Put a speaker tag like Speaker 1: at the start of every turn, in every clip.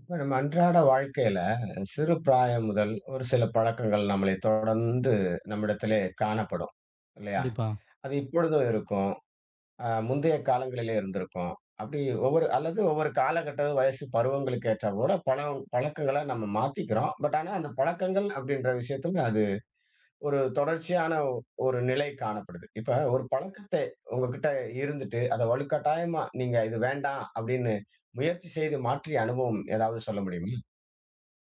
Speaker 1: இப்ப நம்ம அன்றாட வாழ்க்கையில சிறு பிராயம் முதல் ஒரு சில பழக்கங்கள் நம்மளை தொடர்ந்து நம்மிடத்திலே காணப்படும் இல்லையா?
Speaker 2: கண்டிப்பா,
Speaker 1: அது இப்பொழுதும் இருக்கும். முந்தைய காலங்களிலே இருந்திருக்கும். அப்படி ஒவ்வொரு காலகட்ட வயசு பருவங்களுக்கு ஏற்றாற்போல பழம் பழக்கங்கள நம்ம மாத்திக்கிறோம். ஆனா அந்த பழக்கங்கள் அப்படின்ற விஷயத்துல அது ஒரு தொடர்ச்சியான ஒரு நிலை காணப்படுது. இப்ப ஒரு பழக்கத்தை உங்ககிட்ட இருந்துட்டு அத வலுக்கட்டாயமா நீங்க இது வேண்டாம் அப்படின்னு முயற்சி செய்து மாற்றிய அனுபவம் ஏதாவது சொல்ல முடியுமா?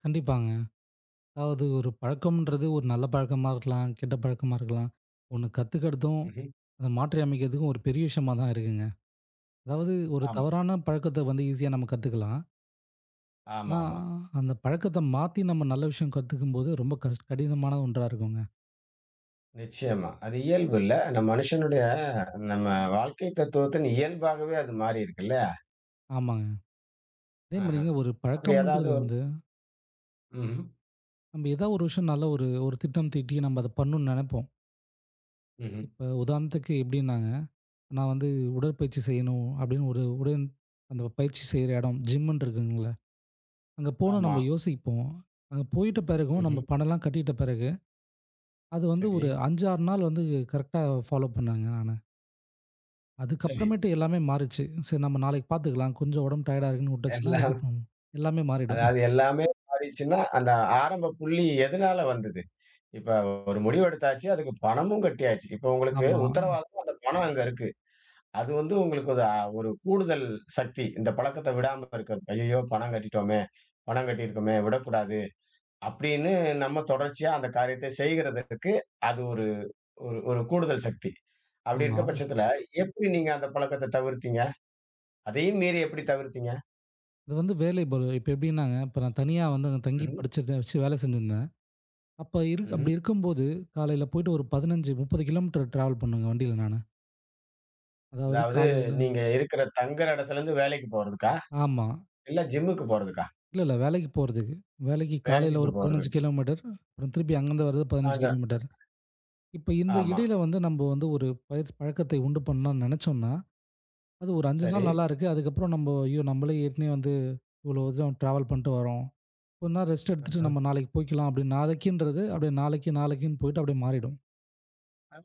Speaker 2: கண்டிப்பாங்க. அதாவது ஒரு பழக்கம்ன்றது ஒரு நல்ல பழக்கமா இருக்கலாம், கெட்ட பழக்கமா இருக்கலாம். ஒண்ணு கத்துக்கிறதும்,
Speaker 1: ம்ஹ்ம்.
Speaker 2: அத மாற்றி அமைக்கிறதுக்கும் ஒரு பெரிய விஷயமா தான் இருக்குங்க. அதாவது ஒரு
Speaker 1: ஆமா.
Speaker 2: தவறான பழக்கத்த வந்து ஈஸியா நம்ம கத்துக்கலாம். ஆனா,
Speaker 1: ஆமாமா.
Speaker 2: அந்த பழக்கத்த மாத்தி நம்ம நல்ல விஷயம் கத்துக்கும்போது ரொம்ப கடினமான ஒன்றா இருக்குங்க.
Speaker 1: நிச்சயமா. அது இயல்பு இல்ல. நம்ம மனுஷனுடைய நம்ம வாழ்க்கை தத்துவத்தின் இயல்பாகவே அது மாறி இருக்குல்ல.
Speaker 2: ஆமாங்க. அதே
Speaker 1: ஆஹா.
Speaker 2: மாரிங்க ஒரு
Speaker 1: அப்படி ஏதாவது
Speaker 2: பழக்கம்ன்றது
Speaker 1: ஒரு
Speaker 2: வந்து,
Speaker 1: ம்ஹ்ம்.
Speaker 2: நம்ம ஏதாவது ஒரு விஷயம் நல்ல ஒரு ஒரு திட்டம் தீட்டி நம்ம அத பண்ணணும்னு நெனைப்போம்.
Speaker 1: ம்ஹ்ம்.
Speaker 2: இப்ப உதாரணத்துக்கு எப்படின்னாங்க, நான் வந்து உடற்பயிற்சி செய்யணும் அப்படின்னு ஒரு உடன் அந்த பயிற்சி செய்ற இடம் ஜிம்முன்னு இருக்குங்கள. அங்க போனா
Speaker 1: ஆமா.
Speaker 2: நம்ம யோசிப்போம். அங்க போயிட்ட பிறகும் நம்ம
Speaker 1: ம்ஹ்ம்.
Speaker 2: பணம்லாம் கட்டிட்ட பிறகு, அது வந்து
Speaker 1: சரி,
Speaker 2: ஒரு 5, 6 நாள் வந்து கரெக்ட்டா ஃபாலோ பண்ணேங்க நானு.
Speaker 1: சரி.
Speaker 2: அதுக்கப்புறமேட்டு எல்லாமே மாறிச்சு. சரி நம்ம நாளைக்கு பார்த்துக்கலாம். கொஞ்சம் உடம்பு டயர்டா இருக்குன்னு விட்டுச்சுன்னா,
Speaker 1: எல்லாம்
Speaker 2: அதுக்கப்புறம் எல்லாமே மாறிடும்.
Speaker 1: அதாவது எல்லாமே மாறிடுச்சுன்னா, அந்த ஆரம்ப புள்ளி எதுனால வந்தது? இப்ப ஒரு முடிவு எடுத்தாச்சு. அதுக்கு பணமும் கட்டியாச்சு. இப்ப உங்களுக்கு
Speaker 2: ஆமா,
Speaker 1: உத்தரவாதம் அந்த பணம் அங்க இருக்கு. அது வந்து உங்களுக்கு ஒரு கூடுதல் சக்தி. இந்த பழக்கத்த விடாம இருக்கிறது. ஐயய்யோ! பணம் கட்டிட்டோமே! பணம் கட்டியிருக்கோமே! விடக்கூடாது. அப்படின்னு நம்ம தொடர்ச்சியா அந்த காரியத்தை செய்கிறதற்கு அது ஒரு ஒரு ஒரு கூடுதல் சக்தி. அப்படி இருக்க
Speaker 2: ஆமா.
Speaker 1: பட்சத்துல, எப்படி நீங்க அந்த பழக்கத்த தவிர்த்தீங்க? அதையும் மீறி எப்படி தவிர்த்தீங்க?
Speaker 2: இது வந்து வேலை பளு. இப்ப எப்படின்னாங்க, இப்ப நான் தனியா வந்து அங்க தங்கி
Speaker 1: ம்ஹ்ம்,
Speaker 2: படிச்சத வச்சு வேலை செஞ்சிருந்தேன். அப்ப இருக்
Speaker 1: ம்ஹ்ம்.
Speaker 2: அப்படி இருக்கும்போது, காலையில போயிட்டு ஒரு 15, 30 கிலோமீட்டர் டிராவல் பண்ணுங்க வண்டியில நானு. அதாவது
Speaker 1: அதாவது
Speaker 2: காலையில
Speaker 1: நீங்க இருக்கிற தங்குற இடத்துல இருந்து வேலைக்கு போறதுக்கா?
Speaker 2: ஆமா.
Speaker 1: இல்ல ஜிம்முக்கு போறதுக்கா?
Speaker 2: இல்ல, இல்ல. வேலைக்கு போறதுக்கு. வேலைக்கு காலையில
Speaker 1: வேலைக்கு
Speaker 2: ஒரு
Speaker 1: போறது.
Speaker 2: 15 கிலோமீட்டர். அப்புறம் திருப்பி அங்கருந்து வரது 15
Speaker 1: சாயந்தரம்.
Speaker 2: கிலோமீட்டர். இப்ப இந்த
Speaker 1: ஆமா.
Speaker 2: இடையில வந்து நம்ம வந்து ஒரு பயிற் பழக்கத்தை உண்டு பண்ணலாம்னு நெனச்சோம்னா, அது ஒரு 5
Speaker 1: சரி.
Speaker 2: நாள் நல்லாருக்கு. அதுக்கப்புறம் நம்ம ஐயோ! நம்மளே ஏற்கனவே வந்து இவ்வளோ தூரம் டிராவல் பண்ணிட்டு வரோம். கொஞ்ச நாள் ரெஸ்ட் எடுத்துட்டு
Speaker 1: ம்ஹ்ம்.
Speaker 2: நம்ம நாளைக்கு போய்க்கலாம் அப்படின்னு நாளைக்குன்றது அப்படியே நாளைக்கு, நாளைக்குன்னு போயிட்டு அப்படியே மாறிடும்.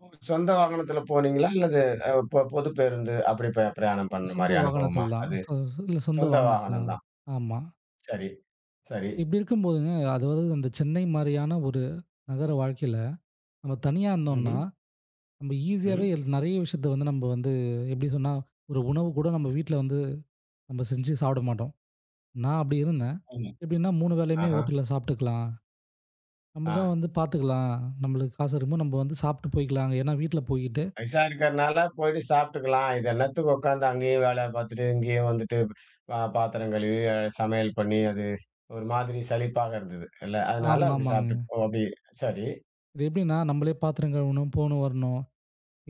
Speaker 1: உங்க சொந்த வாகனத்துல போனீங்களா? அல்லது அ பொ பொது பேருந்து அப்படி பிரயாணம் பண்ண
Speaker 2: சொந்த
Speaker 1: மாரி அனுபவமா?
Speaker 2: வாகனத்தில் தான்.
Speaker 1: அது
Speaker 2: இல்ல சொந்த
Speaker 1: சொந்த
Speaker 2: வாகனத்தில்
Speaker 1: வாகனம்
Speaker 2: தான்.
Speaker 1: தான்.
Speaker 2: ஆமா.
Speaker 1: சரி, சரி.
Speaker 2: இப்படி இருக்கும்போதுங்க, அதாவது அந்த சென்னை மாரியான ஒரு நகர வாழ்க்கையில நம்ம தனியா இருந்தோம்னா
Speaker 1: ம்ஹ்ம்.
Speaker 2: நம்ம ஈஸியாவே
Speaker 1: ம்.
Speaker 2: நெறைய விஷயத்த வந்து நம்ம வந்து எப்படி சொன்னா, ஒரு உணவு கூட நம்ம வீட்ல வந்து நம்ம செஞ்சு சாப்பிட மாட்டோம். நான் அப்படி இருந்தேன்.
Speaker 1: ஆமா.
Speaker 2: எப்படின்னா 3 வேளையுமே
Speaker 1: ஆஹ.
Speaker 2: ஹோட்டல்ல சாப்பிட்டுக்கலாம். நம்ம
Speaker 1: ஆ.
Speaker 2: தான் வந்து பார்த்துக்கலாம். நம்மளுக்கு காசு இருக்கும்போது நம்ம வந்து சாப்பிட்டு போய்க்கலாங்க. ஏன்னா வீட்ல போயிட்டு
Speaker 1: வயசா இருக்கிறனால போயிட்டு சாப்பிட்டுக்கலாம். இது என்னத்துக்கு உட்காந்து அங்கேயும் வேலை பார்த்துட்டு, இங்கேயும் வந்துட்டு பாத்திரம் கழுவி, சமையல் பண்ணி, அது ஒரு மாதிரி சலிப்பாக இருந்தது. இல்ல.
Speaker 2: ஆமா,
Speaker 1: அதனால அப்படி
Speaker 2: ஆமாங்க.
Speaker 1: சாப்பிட்டுட்டு அப்படி சரி.
Speaker 2: இது எப்படின்னா நம்மளே பாத்திரம் கழுவணும், போணும், வரணும்.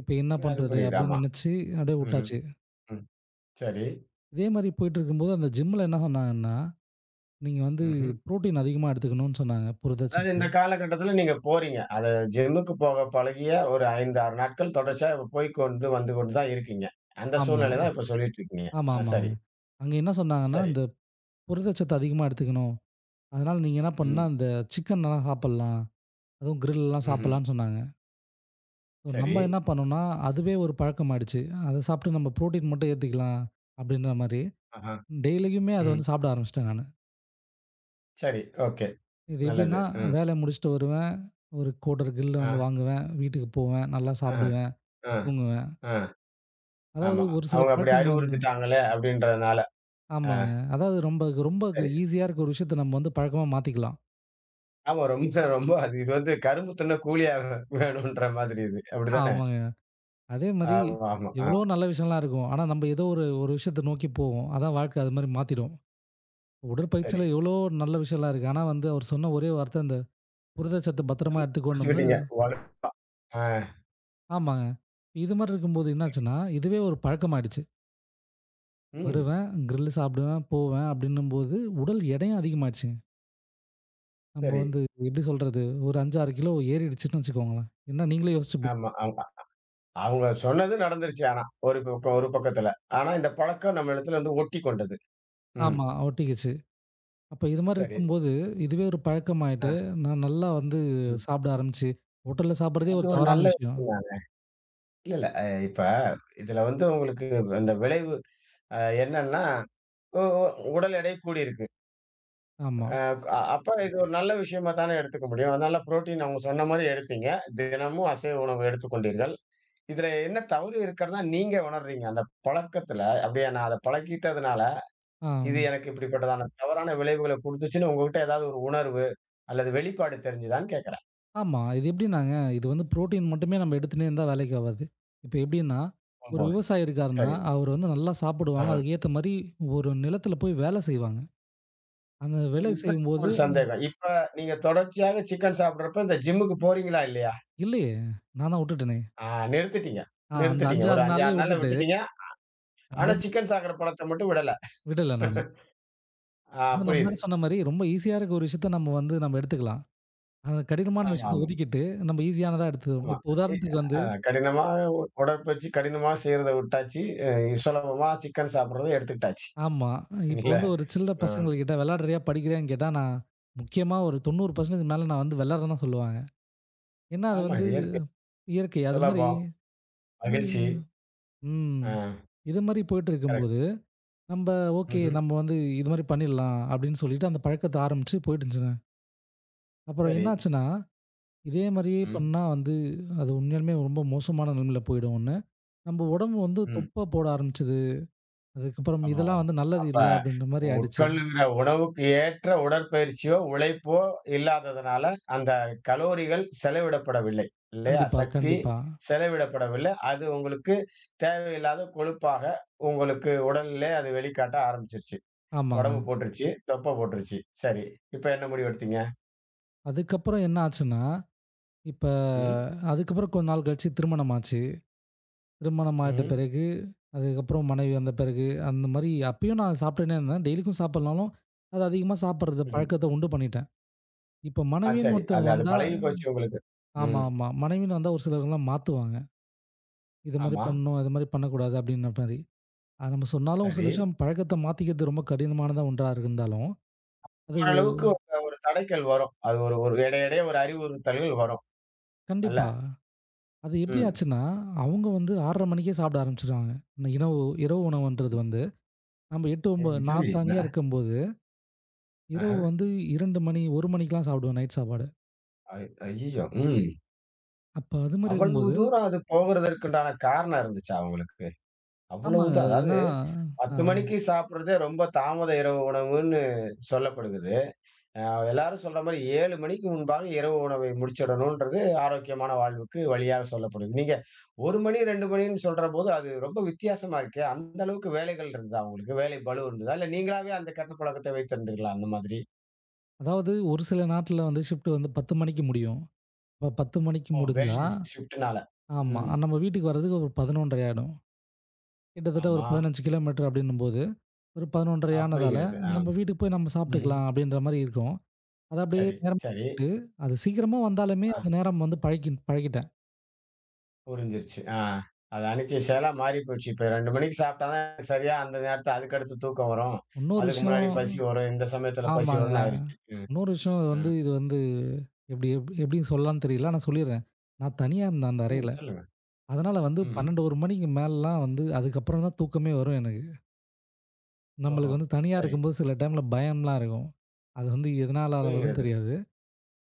Speaker 2: இப்ப என்ன
Speaker 1: அது
Speaker 2: பண்றது
Speaker 1: புரியுது.
Speaker 2: அப்படின்னு
Speaker 1: ஆமா.
Speaker 2: நினைச்சு அப்படியே
Speaker 1: ம்ஹ்ம்.
Speaker 2: விட்டாச்சு.
Speaker 1: ம். சரி.
Speaker 2: இதே மாரி போயிட்டு இருக்கும்போது அந்த ஜிம்ல என்ன சொன்னாங்கன்னா, நீங்க வந்து
Speaker 1: ம்ஹ்ம்.
Speaker 2: புரோட்டீன் அதிகமா எடுத்துக்கணும்னு சொன்னாங்க.
Speaker 1: அதாவது
Speaker 2: புரதச்சத்து.
Speaker 1: இந்த காலகட்டத்தில நீங்க போறீங்க. அது ஜிம்முக்கு போக பழகிய ஒரு 5, 6 நாட்கள் தொடர்ச்சியா இப்ப போய் கொண்டு வந்து கொண்டு தான் இருக்கீங்க. அந்த
Speaker 2: ஆமா.
Speaker 1: சூழ்நிலை தான் இப்ப சொல்லிட்டு இருக்கீங்க.
Speaker 2: ஆமா,
Speaker 1: ஆ
Speaker 2: ஆமாங்க.
Speaker 1: சரி,
Speaker 2: அங்க என்ன சொன்னாங்கன்னா,
Speaker 1: சரி.
Speaker 2: இந்த புரதச்சத்து அதிகமா எடுத்துக்கணும். அதனால நீங்க என்ன பண்ணும்னா,
Speaker 1: ம்.
Speaker 2: அந்த சிக்கன்லாம் சாப்பிடலாம். அதுவும் கிரில்லாம்
Speaker 1: ம்ஹ்ம்.
Speaker 2: சாப்பிடலான்னு சொன்னாங்க. ஸோ
Speaker 1: சரி.
Speaker 2: நம்ம என்ன பண்ணோம்னா, அதுவே ஒரு பழக்கமாயிடுச்சு. அத சாப்பிட்டு நம்ம புரோட்டீன் மட்டும் ஏத்துக்கலாம் அப்படின்ற மாரி,
Speaker 1: ஆஹா.
Speaker 2: டெய்லியுமே அத
Speaker 1: ம்.
Speaker 2: வந்து சாப்பிட ஆரம்பிச்சுட்டேன் நானு.
Speaker 1: சரி. ஓகே.
Speaker 2: இது
Speaker 1: நல்லது.
Speaker 2: எப்படின்னா,
Speaker 1: ம்.
Speaker 2: வேலைய முடிச்சுட்டு வருவேன். ஒரு கோட்டர் கிரில்
Speaker 1: ஆ,
Speaker 2: வந்து வாங்குவேன். வீட்டுக்கு போவேன். நல்லா
Speaker 1: ஆஹ,
Speaker 2: சாப்பிடுவேன்.
Speaker 1: ஆ,
Speaker 2: தூங்குவேன்.
Speaker 1: ஆ.
Speaker 2: அதாவது
Speaker 1: ஆமா.
Speaker 2: ஒரு சில
Speaker 1: அவங்க அப்படி
Speaker 2: பழக்கம் வந்து
Speaker 1: அறிவுறுத்திட்டாங்களே அப்படின்றதுனால. ஆ
Speaker 2: ஆமாங்க. அதாவது ரொம்ப ரொம்ப
Speaker 1: சரி.
Speaker 2: ஈஸியா இருக்க ஒரு விஷயத்த நம்ம வந்து பழக்கமா மாத்திக்கலாம்.
Speaker 1: ஆமா ரொம்ப ரொம்ப அது இது வந்து கரும்பு தின்ன கூலியா வேணுன்ற மாதிரி இது. அப்படித்தானே?
Speaker 2: ஆமாங்க. அதே மாரி
Speaker 1: ஆமா, ஆமா. ஆ
Speaker 2: எவ்வளோ நல்ல விஷயம்லாம் இருக்கும். ஆனா, நம்ம ஏதோ ஒரு ஒரு விஷயத்த நோக்கி போவோம். அதான் வாழ்க்கை அது மாரி மாத்திடும்.
Speaker 1: சரி.
Speaker 2: உடற்பயிற்சியில எவ்வளோ நல்ல விஷயம்லாம் இருக்கு. ஆனா வந்து அவர் சொன்ன ஒரே வார்த்தை அந்த புரதச்சத்து பத்திரமா
Speaker 1: அதையும்
Speaker 2: எடுத்துக்கோன்னும்போது
Speaker 1: புடிச்சுக்கிட்டீங்க. வலுப்பா. ஆ.
Speaker 2: ஆமாங்க. இது மாரி இருக்கும்போது என்னாச்சுன்னா, இதுவே ஒரு பழக்கமாயிடுச்சு.
Speaker 1: ம்.
Speaker 2: வருவேன், கிரில் சாப்பிடுவேன், போவேன் அப்படின்னும்போது உடல் எடையும் அதிகமாயிடுச்சுங்க. நம்ம
Speaker 1: சரி.
Speaker 2: வந்து எப்படி சொல்றது? ஒரு 5, 6 கிலோ ஏறிடுச்சுன்னு வச்சுக்கோங்களேன். என்ன நீங்களே யோசிச்சு
Speaker 1: ஆமா, ஆமா. அவங்க சொன்னது நடந்துருச்சு ஆனா. ஒரு பக்கம் ஒரு பக்கத்துல. ஆனா இந்த பழக்கம் நம்ம இடத்துல வந்து ஒட்டி கொண்டது. ம்.
Speaker 2: ஆமா ஒட்டிக்கிச்சு. அப்ப இது மாரி
Speaker 1: சரி.
Speaker 2: இருக்கும்போது, இதுவே ஒரு
Speaker 1: ஆ.
Speaker 2: பழக்கமாயிட்டு, நான் நல்லா வந்து
Speaker 1: ம்.
Speaker 2: சாப்பிட ஆரம்பிச்சு, ஹோட்டல்ல
Speaker 1: சரி
Speaker 2: சாப்பிடுறதே
Speaker 1: அது
Speaker 2: ஒரு
Speaker 1: ஒரு
Speaker 2: தவறான
Speaker 1: நல்ல
Speaker 2: விஷயம்.
Speaker 1: விஷயம் தான். இல்ல, இல்ல. இப்ப இதுல வந்து உங்களுக்கு அந்த விளைவு என்னன்னா, ஒ ஒ உடல் எடை கூடியிருக்கு.
Speaker 2: ஆமா.
Speaker 1: அ அ அப்ப இது ஒரு நல்ல விஷயமா தானே எடுத்துக்க முடியும். அதனால புரோட்டீன் அவங்க சொன்ன மாரி எடுத்தீங்க. தினமும் அசைவ உணவு எடுத்துக்கொண்டீர்கள். இதுல என்ன தவறு இருக்கிறதா நீங்க உணர்றீங்க? அந்த பழக்கத்துல, அப்படியே நான் அத பழக்கிட்டதுனால,
Speaker 2: ஆ,
Speaker 1: இது எனக்கு இப்படிப்பட்டதான தவறான விளைவுகள குடுத்துச்சுன்னு உங்ககிட்ட ஏதாவது ஒரு உணர்வு, அல்லது வெளிப்பாடு தெரிஞ்சுதான்னு கேட்கிறேன்.
Speaker 2: ஆமா. இது எப்படின்னாங்க, இது வந்து புரோட்டீன் மட்டுமே நம்ம எடுத்துன்னே இருந்தா வேலைக்கு ஆவாது. இப்ப எப்படின்னா,
Speaker 1: ஓஹோ!
Speaker 2: ஒரு விவசாயி இருக்காருன்னா,
Speaker 1: சரி.
Speaker 2: அவர் வந்து நல்லா சாப்பிடுவாங்க.
Speaker 1: ஆஹ.
Speaker 2: அதுக்கு ஏத்த மாரி ஒரு நிலத்துல போய் வேலை செய்வாங்க. அந்த
Speaker 1: சரி
Speaker 2: வேலை
Speaker 1: இப்ப எனக்கு
Speaker 2: செய்யும்போது
Speaker 1: ஒரு சந்தேகம். இப்ப நீங்க தொடர்ச்சியாக சிக்கன் சாப்பிடுறப்ப இந்த ஜிம்முக்கு போறீங்களா இல்லையா?
Speaker 2: இல்லையே! நான் தான் விட்டுட்டேனே!
Speaker 1: ஆ நிறுத்திட்டீங்க
Speaker 2: ஆ அந்த
Speaker 1: நிறுத்திட்டீங்க.
Speaker 2: 5,
Speaker 1: ஒரு
Speaker 2: 6
Speaker 1: 5,
Speaker 2: நாள்லயே
Speaker 1: 6 நாள்ல
Speaker 2: விட்டுட்டு,
Speaker 1: விட்டுட்டீங்க.
Speaker 2: அத
Speaker 1: ஆனா, சிக்கன் சாகுற படத்த மட்டும் விடல.
Speaker 2: விடல நானு.
Speaker 1: ஆ
Speaker 2: அதான் நான்
Speaker 1: புரியுது.
Speaker 2: முன்னாடி சொன்ன மாரி, ரொம்ப ஈஸியா இருக்க ஒரு விஷயத்த நம்ம வந்து நம்ம எடுத்துக்கலாம். அந்த கடினமான
Speaker 1: ஆமா,
Speaker 2: விஷயத்த
Speaker 1: ஆமா,
Speaker 2: ஒதுக்கிட்டு, நம்ம ஈஸியானதா எடுத்துக்கிறோம்.
Speaker 1: ஆமா.
Speaker 2: இப்போ
Speaker 1: இ
Speaker 2: உதாரணத்துக்கு வந்து
Speaker 1: அ கடினமா உடற்பயிற்சி கடினமா செய்றத விட்டாச்சு. அ சுலபமா சிக்கன் சாப்பிடுறத எடுத்துக்கிட்டாச்சு.
Speaker 2: ஆமா. இப்போ
Speaker 1: இல்ல?
Speaker 2: வந்து ஒரு சில்ற
Speaker 1: அ
Speaker 2: பசங்கள்கிட்ட "விளையாடுறியா? படிக்கிறியான்னு?" கேட்டா, நான் முக்கியமா ஒரு 90% மேல நான் வந்து விளையாடுறேன்னு தான் சொல்லுவாங்க. ஏன்னா, அது
Speaker 1: ஆமா.
Speaker 2: வந்து
Speaker 1: இயற்கை,
Speaker 2: இயற்கை. அது மாரி
Speaker 1: சுலபம்,
Speaker 2: இது மாரி
Speaker 1: மகிழ்ச்சி.
Speaker 2: ம்.
Speaker 1: ஆ
Speaker 2: இது மாரி போயிட்டு
Speaker 1: கரெக்ட்.
Speaker 2: இருக்கும்போது, நம்ப ஓகே
Speaker 1: ம்ஹ்ம்.
Speaker 2: நம்ம வந்து இது மாரி பண்ணிடலாம் அப்படின்னு சொல்லிட்டு அந்த பழக்கத்த ஆரம்பிச்சு போயிட்டு இருந்துச்சுங்க. அப்புறம்
Speaker 1: சரி.
Speaker 2: என்னாச்சுன்னா, இதே மாரியே
Speaker 1: ம்.
Speaker 2: பண்ணா வந்து அது உண்மையாலுமே ரொம்ப மோசமான நிலைமையில போயிடும் ஒண்ணு. நம்ம உடம்பு வந்து
Speaker 1: ம்.
Speaker 2: தொப்பை போட ஆரம்பிச்சுது. அதுக்கப்புறம்
Speaker 1: ஆமா.
Speaker 2: இதெல்லாம் வந்து நல்லது
Speaker 1: அப்ப
Speaker 2: இல்ல அப்படின்ற மாரி ஆயிடுச்சு.
Speaker 1: உட்கொள்ளுகிற உணவுக்கு ஏற்ற உடற்பயிற்சியோ, உழைப்போ இல்லாததுனால, அந்த கலோரிகள் செலவிடப்படவில்லை. இல்லையா?
Speaker 2: கண்டிப்பா,
Speaker 1: சக்தி
Speaker 2: கண்டிப்பா.
Speaker 1: செலவிடப்படவில்லை. அது உங்களுக்கு தேவையில்லாத கொழுப்பாக உங்களுக்கு உடலிலே அது வெளிக்காட்ட ஆரம்பிச்சுருச்சு.
Speaker 2: ஆமாங்க.
Speaker 1: உடம்பு போட்டுருச்சு, தொப்பை போட்டுருச்சு. சரி. இப்ப என்ன முடிவு எடுத்தீங்க?
Speaker 2: அதுக்கப்புறம் என்ன ஆச்சுன்னா, இப்ப
Speaker 1: ம்,
Speaker 2: அதுக்கப்புறம் கொஞ்ச நாள் கழிச்சு திருமணம் ஆச்சு. திருமணம் ஆயிட்ட
Speaker 1: ம்,
Speaker 2: பிறகு, அதுக்கப்புறம் மனைவி வந்த பிறகு, அந்த மாரி அப்பயும் நான் சாப்பிட்டுன்னே இருந்தேன். டெய்லிக்கும் சாப்பிடலனாலும், அது அதிகமா சாப்பிடுறது
Speaker 1: ம்ஹ்ம்.
Speaker 2: பழக்கத்த உண்டு பண்ணிட்டேன். இப்ப
Speaker 1: ஆ
Speaker 2: மனைவின்னு
Speaker 1: சரி. அது
Speaker 2: ஒருத்தவங்க
Speaker 1: அது
Speaker 2: வந்தா
Speaker 1: பழகி போச்சு உங்களுக்கு.
Speaker 2: ஆமா,
Speaker 1: ம்.
Speaker 2: ஆமா. மனைவின்னு வந்தா ஒரு சிலர்லாம் மாத்துவாங்க. இது மாரி
Speaker 1: ஆமா.
Speaker 2: பண்ணணும், இது மாரி பண்ணக்கூடாது அப்படின்ற மாரி. அது நம்ம சொன்னாலும் ஒரு
Speaker 1: சரி.
Speaker 2: சில விஷயம் பழக்கத்த மாத்திக்கிறது ரொம்ப கடினமானதா ஒன்றா இருந்தாலும், அது ஒ
Speaker 1: ஓரளவுக்கு ஒரு ஒரு தடைக்கல் வரும். அது ஒரு ஒரு இடைய இடைய ஒரு அறிவுறுத்தல்கள் வரும். அல்ல.
Speaker 2: கண்டிப்பா. அது எப்படி
Speaker 1: ம்.
Speaker 2: ஆச்சுன்னா, அவங்க வந்து 6:30 மணிக்கே சாப்பிட ஆரம்பிச்சுருவாங்க. இந்த இனவு இரவு உணவுன்றது வந்து, நம்ம 8,
Speaker 1: ம்.
Speaker 2: 9
Speaker 1: சரி.
Speaker 2: நான் தனியா இருக்கும்போது, இரவு
Speaker 1: ஆஹா.
Speaker 2: வந்து 2 மணி, 1 மணிக்கெல்லாம் சாப்பிடுவேன் நைட் சாப்பாடு.
Speaker 1: ஐ ஐயய்யோ! ம்.
Speaker 2: அப்ப அது மாரி
Speaker 1: அவ்வளவு
Speaker 2: இருக்கும்போது
Speaker 1: தூரம் அது போகுறதற்குண்டான காரணம் இருந்துச்சா உங்களுக்கு? அவ்வளவு
Speaker 2: ஆமாங்க.
Speaker 1: தான் அதாவது
Speaker 2: ஏன்னா, அ
Speaker 1: 10 மணிக்கு சாப்பிடுறதே ரொம்ப தாமத இரவு உணவுன்னு சொல்லப்படுகிறது. அ எல்லாரும் சொல்ற மாரி 7 மணிக்கு முன்பாக இரவு உணவை முடிச்சிடணுன்றது ஆரோக்கியமான வாழ்வுக்கு வழியா சொல்லப்படுது. நீங்க 1 மணி 2 மணின்னு சொல்றபோது அது ரொம்ப வித்தியாசமா இருக்கே! அந்த அளவுக்கு வேலைகள் இருந்ததா உங்களுக்கு? வேலை பளு இருந்ததா? இல்ல நீங்களாவே அந்த கெட்ட பழக்கத்தை வைத்திருந்தீர்களா அந்த மாதிரி?
Speaker 2: அதாவது ஒரு சில நாட்ல வந்து ஷிஃப்ட் வந்து 10 மணிக்கு முடியும். அப்ப 10 மணிக்கு
Speaker 1: ஓ!
Speaker 2: முடிஞ்சா
Speaker 1: வேலை ஷிஃப்ட்னால.
Speaker 2: ஆமா.
Speaker 1: ம்.
Speaker 2: நம்ம வீட்டுக்கு வர்றதுக்கு ஒரு 11:30 ஆயிடும். கிட்டத்தட்ட ஒரு
Speaker 1: ஆமா.
Speaker 2: 15 கிலோமீட்டர் அப்படின்னும்போது, ஒரு 11:30
Speaker 1: அ
Speaker 2: ஆனதால,
Speaker 1: புரிகிறது. ஆ.
Speaker 2: நம்ம வீட்டுக்கு போய் நம்ம
Speaker 1: ம்ஹ்ம்.
Speaker 2: சாப்பிட்டுக்கலாம் அப்படின்ற மாரி இருக்கும். அது அப்படியே
Speaker 1: சரி,
Speaker 2: நேரம்
Speaker 1: சரி.
Speaker 2: போயிட்டு, அது சீக்கிரமா வந்தாலுமே
Speaker 1: ஆ
Speaker 2: அந்த நேரம் வந்து பழக்கி பழகிட்டேன்.
Speaker 1: புரிஞ்சிருச்சு. ஆ. அது அனிச்சை செயலா மாறி போயிடுச்சு. இப்ப 2 மணிக்கு சாப்பிட்டா தான் சரியா அந்த நேரத்துல அதுக்கடுத்து தூக்கம் வரும்.
Speaker 2: இன்னொரு
Speaker 1: அதுக்கு முன்னாடி
Speaker 2: விஷயம்
Speaker 1: பசி வரும். இந்த சமயத்துல பசி
Speaker 2: ஆமாங்க.
Speaker 1: வரும்ன்னு ஆயிருச்சு. ம்,
Speaker 2: இன்னொரு விஷயம் வந்து
Speaker 1: ம்.
Speaker 2: இது வந்து எப்படி எப்படி எப்படி சொல்லலாம்ன்னு தெரியல. ஆனா சொல்லிர்றேன். நான் தனியா இருந்தேன் அந்த
Speaker 1: ம்.
Speaker 2: அறையில.
Speaker 1: சொல்லுங்க.
Speaker 2: அதனால வந்து
Speaker 1: ம்ஹ்ம்.
Speaker 2: 12, 1 மணிக்கு மேலலாம் வந்து அதுக்கப்புறம் தான் தூக்கமே வரும் எனக்கு.
Speaker 1: ஓஹோ!
Speaker 2: நம்மளுக்கு வந்து தனியா
Speaker 1: சரி.
Speaker 2: இருக்கும்போது சில டைம்ல பயம்லாம் இருக்கும். அது வந்து எதனால வரும்ன்னு
Speaker 1: புரிகிறது.
Speaker 2: தெரியாது.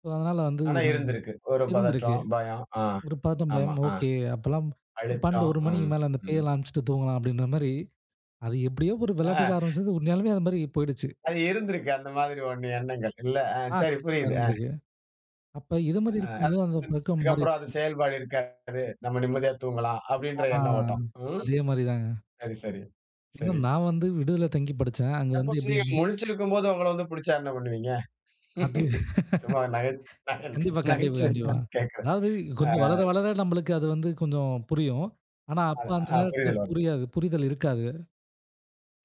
Speaker 2: ஸோ அதனால வந்து
Speaker 1: ஆனா
Speaker 2: நம்ம
Speaker 1: இருந்திருக்கு. ஒரு
Speaker 2: இருந்திருக்கு.
Speaker 1: பதற்றம், பயம். ஆ.
Speaker 2: ஒரு பதட்டம்,
Speaker 1: ஆமா.
Speaker 2: பயம்.
Speaker 1: ஆ.
Speaker 2: ஓகே. அப்பலாம் 12,
Speaker 1: அழுத்தம்.
Speaker 2: 1 மணிக்கு
Speaker 1: ம்,
Speaker 2: மேல அந்த
Speaker 1: ம்.
Speaker 2: பேயெல்லாம் அனுப்பிச்சுட்டு தூங்கலாம் அப்படின்ற மாரி அது எப்படியோ ஒரு
Speaker 1: ஆ
Speaker 2: விளையாட்டுக்கு ஆரம்பிச்சது, உண்மையாலுமே அது மாரி போயிடுச்சு.
Speaker 1: அது இருந்திருக்கு அந்த மாதிரி ஒண்ணு எண்ணங்கள். இல்ல.
Speaker 2: ஆ
Speaker 1: சரி
Speaker 2: கண்டிப்பா
Speaker 1: புரியுது.
Speaker 2: இருந்திருக்கு. அப்ப இது மாரி
Speaker 1: அ.
Speaker 2: இருக்கும்போது அந்த பழக்கம்
Speaker 1: அதுக்கப்புறம் அது
Speaker 2: மாறிடுச்சு.
Speaker 1: செயல்பாடு இருக்காது. நம்ம நிம்மதியா தூங்கலாம் அப்படின்ற
Speaker 2: ஆ
Speaker 1: எண்ண ஓட்டம். ம்.
Speaker 2: அதே மாரி தாங்க.
Speaker 1: சரி, சரி,
Speaker 2: ஏன்னா
Speaker 1: சரி.
Speaker 2: நான் வந்து விடுதில தங்கி படிச்சேன். அங்க வந்து
Speaker 1: சப்போஸ் நீங்க
Speaker 2: எப்படின்னா
Speaker 1: முழிச்சிருக்கும்போது உங்கள வந்து புடிச்சா என்ன பண்ணுவீங்க?
Speaker 2: அது
Speaker 1: சும்மா நகை நகை
Speaker 2: கண்டிப்பா, கண்டிப்பா, கண்டிப்பா.
Speaker 1: நகைச்சுவைக்காக கேட்கிறேன்.
Speaker 2: அதாவது
Speaker 1: அ
Speaker 2: கொஞ்சம் வளர வளர நம்மளுக்கு அது வந்து கொஞ்சம் புரியும். ஆனா அப்ப
Speaker 1: அது
Speaker 2: அந்த
Speaker 1: அ
Speaker 2: நேரத்தில
Speaker 1: புரிதல் வரும்.
Speaker 2: புரியாது. புரிதல் இருக்காது.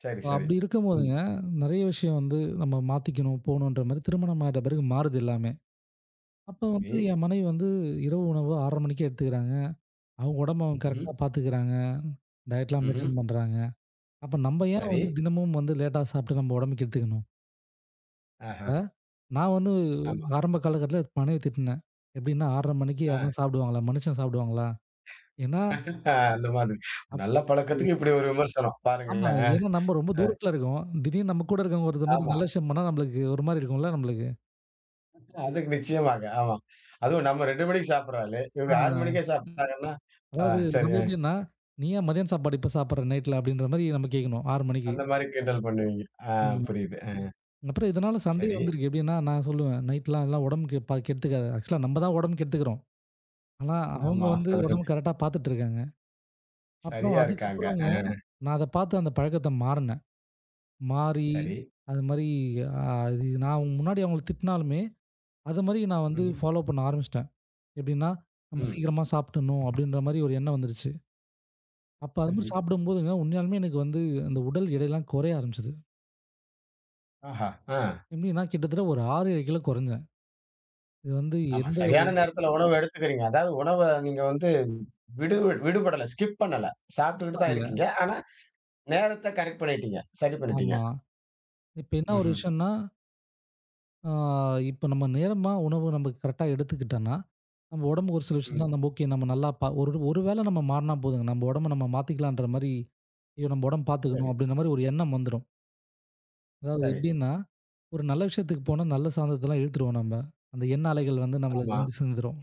Speaker 1: சரி, சரி.
Speaker 2: அப்படி
Speaker 1: ம்.
Speaker 2: இருக்கும்போதுங்க, நெறைய விஷயம் வந்து நம்ம மாத்திக்கணும், போணுன்ற மாரி திருமணம் ஆயிட்ட பிறகு மாறுது எல்லாமே. அப்ப வந்து
Speaker 1: சரி.
Speaker 2: என் மனைவி வந்து இரவு உணவு 6:30 மணிக்கே எடுத்துக்கிறாங்க. அவங்க உடம்ப அவங்க
Speaker 1: ம்ஹ்ம்.
Speaker 2: கரெக்ட்டா பாத்துக்கிறாங்க. டயட்லாம்
Speaker 1: ம்ஹ்ம்.
Speaker 2: மெயின்டெயின் பண்றாங்க. அப்ப நம்ம ஏன்
Speaker 1: சரி.
Speaker 2: வந்து தினமும் வந்து லேட்டா சாப்பிட்டு நம்ம உடம்பு கெடுத்துக்கணும்? இப்ப
Speaker 1: ஆஹா.
Speaker 2: நான் வந்து
Speaker 1: ஆமா.
Speaker 2: ஆரம்ப காலகட்டத்தில மனைவி திட்டுனேன். எப்படின்னா 6:30 மணிக்கு
Speaker 1: ஆ
Speaker 2: யாருனா சாப்பிடுவாங்களா? மனுஷன் சாப்பிடுவாங்களா? ஏன்னா
Speaker 1: அந்த மாதிரி.
Speaker 2: அப்
Speaker 1: நல்ல பழக்கத்துக்கு இப்படி ஒரு விமர்சனம்.
Speaker 2: ஆமாங்க.
Speaker 1: பாருங்களேன்.
Speaker 2: ஏன்னா நம்ம ரொம்ப
Speaker 1: அ, அ.
Speaker 2: தூரத்தில இருக்கோம். திடீர்னு நம்ம கூட இருக்கவங்க ஒருத்த மாரி
Speaker 1: ஆமா.
Speaker 2: நல்ல விஷயம் பண்ணா நம்மளுக்கு ஒரு மாரி இருக்கும்ல நம்மளுக்கு.
Speaker 1: அதுக்கு நிச்சயமாக. ஆமா. அதுவும் நம்ம 2 மணிக்கு சாப்பிடுற ஆளு. இவங்க 6
Speaker 2: ஆ
Speaker 1: மணிக்கே சாப்பிட்டாங்கன்னா, ஆ
Speaker 2: அதாவது
Speaker 1: சரி
Speaker 2: நம்ம
Speaker 1: ஆ,
Speaker 2: எப்படின்னா, "நீ ஏன் மதியானம் சாப்பாடு இப்ப சாப்பிடுற நைட்ல?" அப்படின்ற மாரி நம்ம கேட்கணும் 6:00 மணிக்கு.
Speaker 1: அந்த மாரி கிண்டல் பண்ணுவீங்க. ஆ
Speaker 2: ம்.
Speaker 1: புரியுது. அ
Speaker 2: அப்புறம் இதனால சண்டை
Speaker 1: சரி.
Speaker 2: வந்திருக்கு. எப்படின்னா, நான் சொல்லுவேன், "நைட்லாம் அதெல்லாம் உடம்புக்கு கெடுத்துக்காத. ஆக்சுவலா நம்ம தான் உடம்பு கெடுத்துக்கிறோம். ஆனா, ம். அவங்க
Speaker 1: ஆமா.
Speaker 2: வந்து உடம்பு கரெக்ட்டா பார்த்துட்டுருக்காங்க." அப்புறம்
Speaker 1: சரியா இருக்காங்க.
Speaker 2: அதுக்கப்புறங்க
Speaker 1: ஆ
Speaker 2: நான் அத பார்த்து அந்த பழக்கத்த மாறுனேன். மாறி
Speaker 1: சரி.
Speaker 2: அது மாரி அ அது நான் முன்னாடி அவங்கள திட்டினாலுமே, அது மாரி நான் வந்து
Speaker 1: ம்ஹ்ம்.
Speaker 2: ஃபாலோ பண்ண ஆரம்பிச்சுட்டேன். எப்படின்னா, நம்ம
Speaker 1: ம்.
Speaker 2: சீக்கிரமா சாப்பிட்டுணும் அப்படின்ற மாரி ஒரு எண்ணம் வந்துருச்சு. அப்ப அது மாரி
Speaker 1: சரி.
Speaker 2: சாப்பிடும்போதுங்க, உண்மையாலுமே எனக்கு வந்து அந்த உடல் எடைலாம் குறைய ஆரம்பிச்சது.
Speaker 1: ஆஹா! ஆ.
Speaker 2: எப்படின்னா, கிட்டத்தட்ட ஒரு 6, 7 கிலோ குறைஞ்சேன். இது வந்து
Speaker 1: ஆமா.
Speaker 2: எந்த
Speaker 1: சரியான நேரத்துல உணவு எடுத்துக்கிறீங்க. அதாவது உணவ நீங்க வந்து விடு விடுபடல. ஸ்கிப் பண்ணல. சாப்பிட்டுக்கிட்டு தான்
Speaker 2: இல்ல.
Speaker 1: இருக்கீங்க. ஆனா, நேரத்த கரெக்ட் பண்ணிட்டீங்க. சரி பண்ணிட்டீங்க.
Speaker 2: ஆமா. இப்ப என்ன ஒரு
Speaker 1: ம்ஹ்ம்.
Speaker 2: விஷயம்ன்னா, ஆ இப்ப நம்ம நேரமா உணவு நமக்கு கரெக்ட்டா எடுத்துக்கிட்டோம்ன்னா, நம்ம உடம்பு ஒரு சில விஷயத்துல
Speaker 1: ம்.
Speaker 2: நம்ம ஓகே நம்ம நல்லா ஒரு ஒரு வேளை நம்ம மாறுனா போதுங்க. நம்ம உடம்ப நம்ம மாத்திக்கலான்ற மாரி, ஐயோ! நம்ம உடம்ப
Speaker 1: சரி,
Speaker 2: பார்த்துக்கணும் அப்படின்ற மாரி ஒரு எண்ணம் வந்துரும். அதாவது
Speaker 1: சரி.
Speaker 2: எப்படின்னா, ஒரு நல்ல விஷயத்துக்கு போனா நல்ல சாந்தத்தெல்லாம் இழுத்துருவோம் நம்ம. அந்த எண்ண அலைகள் வந்து
Speaker 1: ஆமா.
Speaker 2: நம்மளுக்கு வந்து சேர்ந்துரும்.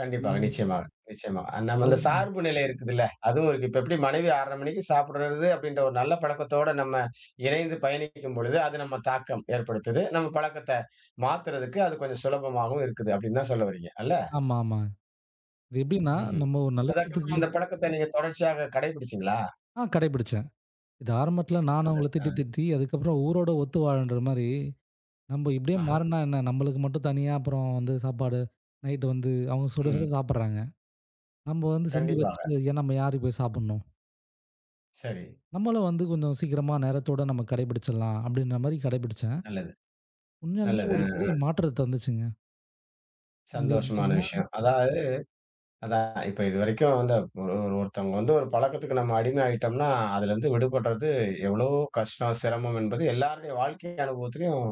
Speaker 1: கண்டிப்பாக.
Speaker 2: ம்.
Speaker 1: நிச்சயமாக, நிச்சயமா. நம்ம அந்த
Speaker 2: நல்
Speaker 1: சார்பு நிலை இருக்குதுல்ல, அதுவும் இருக்கு. இப்ப எப்படி மனைவி 6:30 மணிக்கு சாப்பிடுறது அப்படின்ற ஒரு நல்ல பழக்கத்தோட நம்ம இணைந்து பயணிக்கும் பொழுது, அது நம்ம தாக்கம் ஏற்படுத்துது. நம்ம பழக்கத்த மாத்துறதுக்கு அது கொஞ்சம் சுலபமாவும் இருக்குது அப்படின்னு தான் சொல்ல வர்றீங்க. அல்ல?
Speaker 2: ஆமா, ஆமா. இது எப்படின்னா,
Speaker 1: ம்ஹ்ம்.
Speaker 2: நம்ம ஒரு நல்ல விஷயத்துக்கு
Speaker 1: அதுக்கப்புறம் அந்த பழக்கத்த நீங்க தொடர்ச்சியாக கடைபிடிச்சீங்களா?
Speaker 2: ஆ கடைபிடிச்சேன். இது ஆரம்பத்துல நானும்
Speaker 1: நல்லது.
Speaker 2: அவங்கள திட்டி,
Speaker 1: அ.
Speaker 2: திட்டி அதுக்கப்புறம் ஊரோட ஒத்து வாழன்ற மாரி நம்ம இப்படியே
Speaker 1: ஆஹா.
Speaker 2: மாறுனா என்ன? நம்மளுக்கு மட்டும் தனியா அப்புறம் வந்து சாப்பாடு, நைட்டு வந்து அவங்க சுட
Speaker 1: ம்.
Speaker 2: சுட சாப்பிடுறாங்க. நம்ம வந்து செஞ்சு
Speaker 1: கண்டிப்பாக.
Speaker 2: வச்சுட்டு, ஏன் நம்ம யாருக்கு போய் சாப்பிடணும்?
Speaker 1: சரி.
Speaker 2: நம்மளும் வந்து கொஞ்சம் சீக்கிரமா நேரத்தோட நம்ம கடைபிடிச்சிடலாம் அப்படின்ற மாரி கடைபிடிச்சேன்.
Speaker 1: நல்லது,
Speaker 2: உண்மையாலுமே
Speaker 1: நல்லது.
Speaker 2: ஒரு
Speaker 1: அ.
Speaker 2: பெரிய மாற்றத்த தந்துச்சுங்க. இது
Speaker 1: சந்தோஷமான
Speaker 2: எப்படின்னா,
Speaker 1: விஷயம். அதாவது அதான் இப்ப இதுவரைக்கும் வந்து ஒரு ஒரு ஒருத்தவங்க வந்து ஒரு பழக்கத்துக்கு நம்ம அடிமை ஆயிட்டோம்னா, அதுலருந்து விடுபடுறது எவ்வளவோ கஷ்டம், சிரமம் என்பது எல்லாருடைய வாழ்க்கை அனுபவத்திலயும்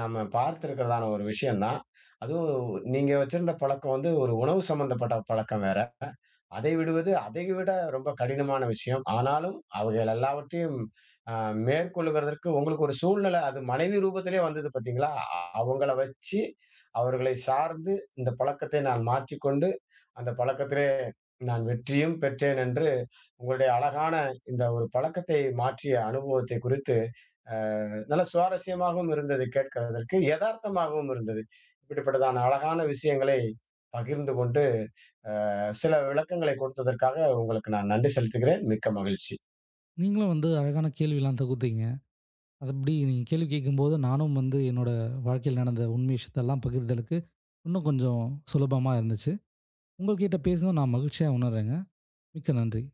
Speaker 1: நம்ம பார்த்திருக்கிறதான ஒரு விஷயம் தான். அதுவும் நீங்க வச்சிருந்த பழக்கம் வந்து ஒரு உணவு சம்மந்தப்பட்ட பழக்கம் வேற. அதை விடுவது அதை விட ரொம்ப கடினமான விஷயம். ஆனாலும் அவைகள் எல்லாவற்றையும் அ மேற்கொள்ளுகிறதற்கு உங்களுக்கு ஒரு சூழ்நிலை அது மனைவி ரூபத்திலே வந்தது பார்த்தீங்களா? அவங்கள வச்சு, அவர்களை சார்ந்து இந்த பழக்கத்தை நான் மாற்றிக்கொண்டு, அந்த பழக்கத்திலே நான் வெற்றியும் பெற்றேன் என்று உங்களுடைய அழகான இந்த ஒரு பழக்கத்தை மாற்றிய அனுபவத்தை குறித்து, அ நல்ல சுவாரஸ்யமாகவும் இருந்தது கேட்கிறதற்கு. எதார்த்தமாகவும் இருந்தது. இப்படிப்பட்டதான அழகான விஷயங்களை பகிர்ந்து கொண்டு சில விளக்கங்களை கொடுத்ததற்காக உங்களுக்கு நான் நன்றி செலுத்துகிறேன் மிக்க மகிழ்ச்சி
Speaker 2: நீங்களும் வந்து அழகான கேள்விலாம் தொகுத்தீங்க. அது எப்படி நீங்க கேள்வி கேட்கும்போது நானும் வந்து என்னோட வாழ்க்கையில் நடந்த உண்மை விஷயத்தெல்லாம் பகிர்தலுக்கு இன்னும் கொஞ்சம் சுலபமா இருந்துச்சு. உங்ககிட்ட பேசினது நான் மகிழ்ச்சியா உணர்றேங்க. மிக்க நன்றி.